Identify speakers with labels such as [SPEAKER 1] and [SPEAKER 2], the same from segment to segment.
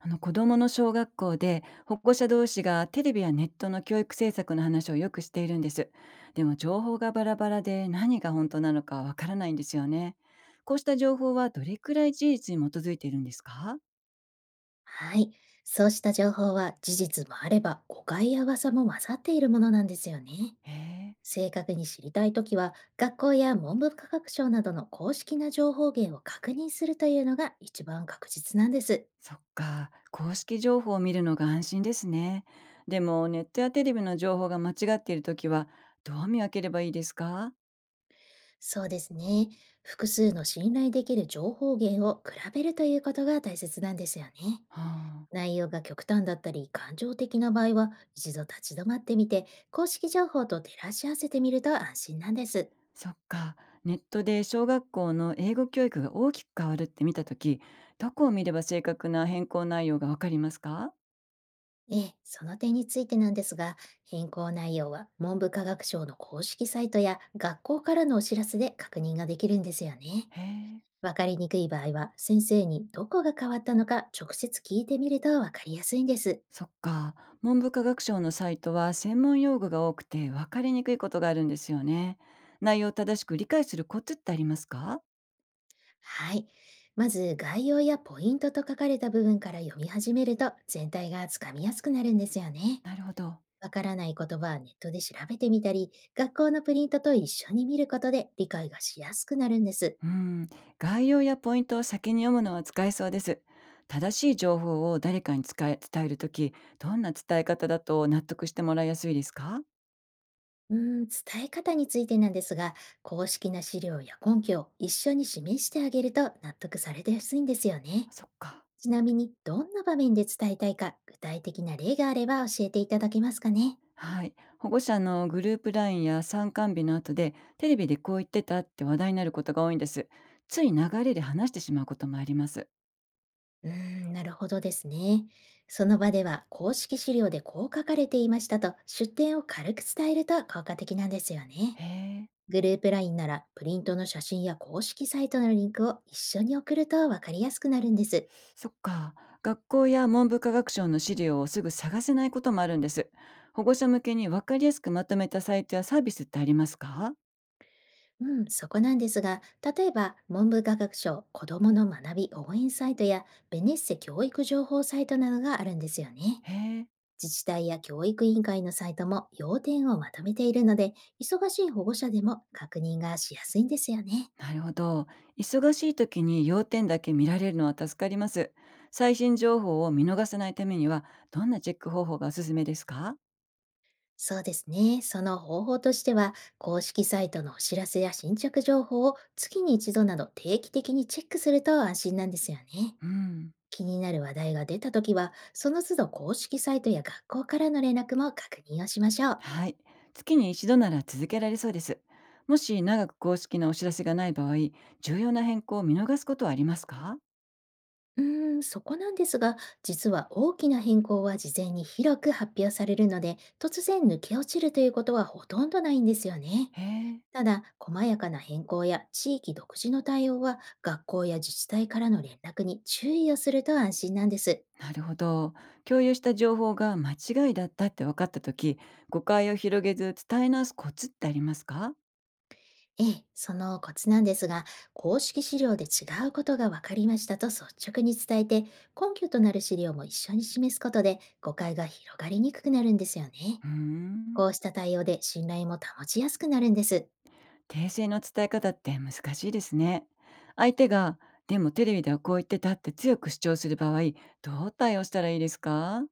[SPEAKER 1] あの子供の小学校で保護者同士がテレビやネットの教育政策の話をよくしているんです。でも情報がバラバラで何が本当なのかわからないんですよね。こうした情報はどれくらい事実に基づいているんですか？
[SPEAKER 2] はい。そうした情報は事実もあれば、誤解や噂も混ざっているものなんですよね。
[SPEAKER 1] へえ、
[SPEAKER 2] 正確に知りたいときは、学校や文部科学省などの公式な情報源を確認するというのが一番確実なんです。
[SPEAKER 1] そっか。公式情報を見るのが安心ですね。でもネットやテレビの情報が間違っているときはどう見分ければいいですか？は
[SPEAKER 2] そうですね。複数の信頼できる情報源を比べるということが大切なんですよね。
[SPEAKER 1] あ、
[SPEAKER 2] 内容が極端だったり感情的な場合は、一度立ち止まってみて、公式情報と照らし合わせてみると安心なんです。
[SPEAKER 1] そっか。ネットで小学校の英語教育が大きく変わるって見たとき、どこを見れば正確な変更内容がわかりますか？
[SPEAKER 2] ええ、その点についてなんですが、変更内容は文部科学省の公式サイトや学校からのお知らせで確認ができるんですよね。
[SPEAKER 1] へえ。
[SPEAKER 2] わかりにくい場合は、先生にどこが変わったのか直接聞いてみるとわかりやすいんです。
[SPEAKER 1] そっか。文部科学省のサイトは専門用語が多くてわかりにくいことがあるんですよね。内容を正しく理解するコツってありますか？
[SPEAKER 2] はい。まず、概要やポイントと書かれた部分から読み始めると、全体がつかみやすくなるんですよね。
[SPEAKER 1] なるほど。
[SPEAKER 2] わからない言葉はネットで調べてみたり、学校のプリントと一緒に見ることで理解がしやすくなるんです。
[SPEAKER 1] うん。概要やポイントを先に読むのは使えそうです。正しい情報を誰かに使え伝えるとき、どんな伝え方だと納得してもらいやすいですか？
[SPEAKER 2] 伝え方についてなんですが、公式な資料や根拠を一緒に示してあげると納得されてやすいんですよね。
[SPEAKER 1] そっか。
[SPEAKER 2] ちなみに、どんな場面で伝えたいか、具体的な例があれば教えていただけますかね。
[SPEAKER 1] はい。保護者のグループラインや参観日の後で、テレビでこう言ってたって話題になることが多いんです。つい流れで話してしまうこともあります。
[SPEAKER 2] うーなるほどですね。その場では、公式資料でこう書かれていましたと、出典を軽く伝えると効果的なんですよね。
[SPEAKER 1] へえ、
[SPEAKER 2] グループラインなら、プリントの写真や公式サイトのリンクを一緒に送るとわかりやすくなるんです。
[SPEAKER 1] そっか。学校や文部科学省の資料をすぐ探せないこともあるんです。保護者向けに分かりやすくまとめたサイトやサービスってありますか？
[SPEAKER 2] うん、そこなんですが、例えば文部科学省子どもの学び応援サイトやベネッセ教育情報サイトなどがあるんですよね。
[SPEAKER 1] へえ、
[SPEAKER 2] 自治体や教育委員会のサイトも要点をまとめているので、忙しい保護者でも確認がしやすいんですよね。
[SPEAKER 1] なるほど。忙しい時に要点だけ見られるのは助かります。最新情報を見逃さないためには、どんなチェック方法がおすすめですか？
[SPEAKER 2] そうですね。その方法としては、公式サイトのお知らせや新着情報を月に一度など定期的にチェックすると安心なんですよね。
[SPEAKER 1] うん。
[SPEAKER 2] 気になる話題が出たときは、その都度公式サイトや学校からの連絡も確認をしましょう。
[SPEAKER 1] はい。月に一度なら続けられそうです。もし長く公式なお知らせがない場合、重要な変更を見逃すことはありますか？
[SPEAKER 2] そこなんですが、実は大きな変更は事前に広く発表されるので、突然抜け落ちるということはほとんどないんですよね。
[SPEAKER 1] へえ。
[SPEAKER 2] ただ、細やかな変更や地域独自の対応は、学校や自治体からの連絡に注意をすると安心なんです。
[SPEAKER 1] なるほど。共有した情報が間違いだったって分かったとき、誤解を広げず伝え直すコツってありますか？
[SPEAKER 2] ええ、そのコツなんですが、公式資料で違うことが分かりましたと率直に伝えて、根拠となる資料も一緒に示すことで誤解が広がりにくくなるんですよね。
[SPEAKER 1] うーん。
[SPEAKER 2] こうした対応で信頼も保ちやすくなるんです。
[SPEAKER 1] 訂正の伝え方って難しいですね。相手が、でもテレビではこう言ってたって強く主張する場合、どう対応したらいいですか？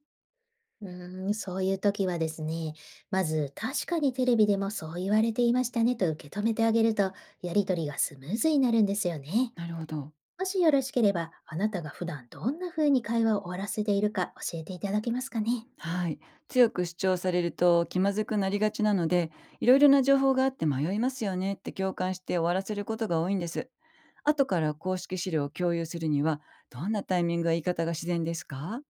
[SPEAKER 2] そういう時はですね、まず、確かにテレビでもそう言われていましたねと受け止めてあげると、やりとりがスムーズになるんですよね。
[SPEAKER 1] なるほど。
[SPEAKER 2] もしよろしければ、あなたが普段どんな風に会話を終わらせているか教えていただけますかね。
[SPEAKER 1] はい。強く主張されると気まずくなりがちなので、いろいろな情報があって迷いますよねって共感して終わらせることが多いんです。後から公式資料を共有するには、どんなタイミングや言い方が自然ですか？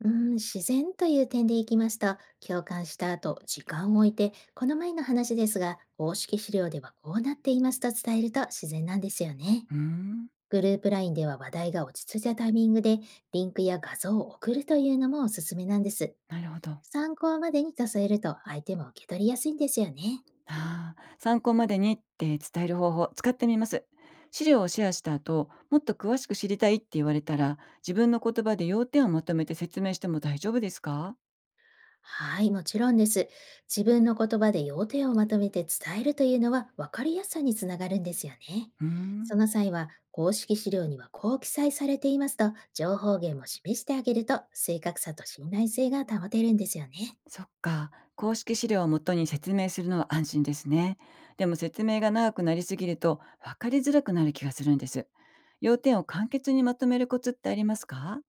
[SPEAKER 2] 自然という点でいきますと、共感した後、時間を置いて、この前の話ですが、公式資料ではこうなっていますと伝えると自然なんですよね。
[SPEAKER 1] うーん、
[SPEAKER 2] グループラインでは話題が落ち着いたタイミングで、リンクや画像を送るというのもおすすめなんです。
[SPEAKER 1] なるほど。
[SPEAKER 2] 参考までにと添えると相手も受け取りやすいんですよね。
[SPEAKER 1] ああ、参考までにって伝える方法、使ってみます。資料をシェアした後、もっと詳しく知りたいって言われたら、自分の言葉で要点をまとめて説明しても大丈夫ですか？
[SPEAKER 2] はい、もちろんです。自分の言葉で要点をまとめて伝えるというのは分かりやすさにつながるんですよね。
[SPEAKER 1] うーん。
[SPEAKER 2] その際は、公式資料にはこう記載されていますと、情報源も示してあげると、正確さと信頼性が保てるんですよね。
[SPEAKER 1] そっか。公式資料をもとに説明するのは安心ですね。でも説明が長くなりすぎると分かりづらくなる気がするんです。要点を簡潔にまとめるコツってありますか？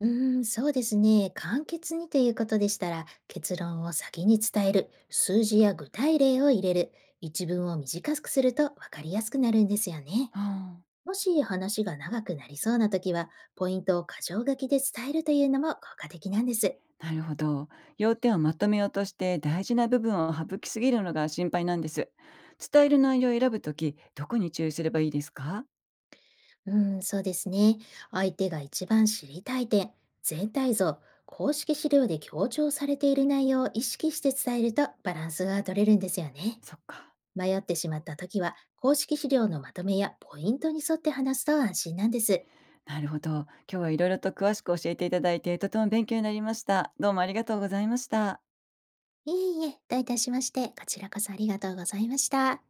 [SPEAKER 2] そうですね。簡潔にということでしたら、結論を先に伝える、数字や具体例を入れる、一文を短くすると分かりやすくなるんですよね。
[SPEAKER 1] うん。
[SPEAKER 2] もし話が長くなりそうな時は、ポイントを箇条書きで伝えるというのも効果的なんです。
[SPEAKER 1] なるほど。要点をまとめようとして大事な部分を省きすぎるのが心配なんです。伝える内容を選ぶとき、どこに注意すればいいですか？
[SPEAKER 2] うん、そうですね。相手が一番知りたい点、全体像、公式資料で強調されている内容を意識して伝えるとバランスが取れるんですよね。
[SPEAKER 1] そっか。
[SPEAKER 2] 迷ってしまった時は、公式資料のまとめやポイントに沿って話すと安心なんです。
[SPEAKER 1] なるほど。今日はいろいろと詳しく教えていただいて、とても勉強になりました。どうもありがとうございました。
[SPEAKER 2] いえいえ、どういたしまして、こちらこそありがとうございました。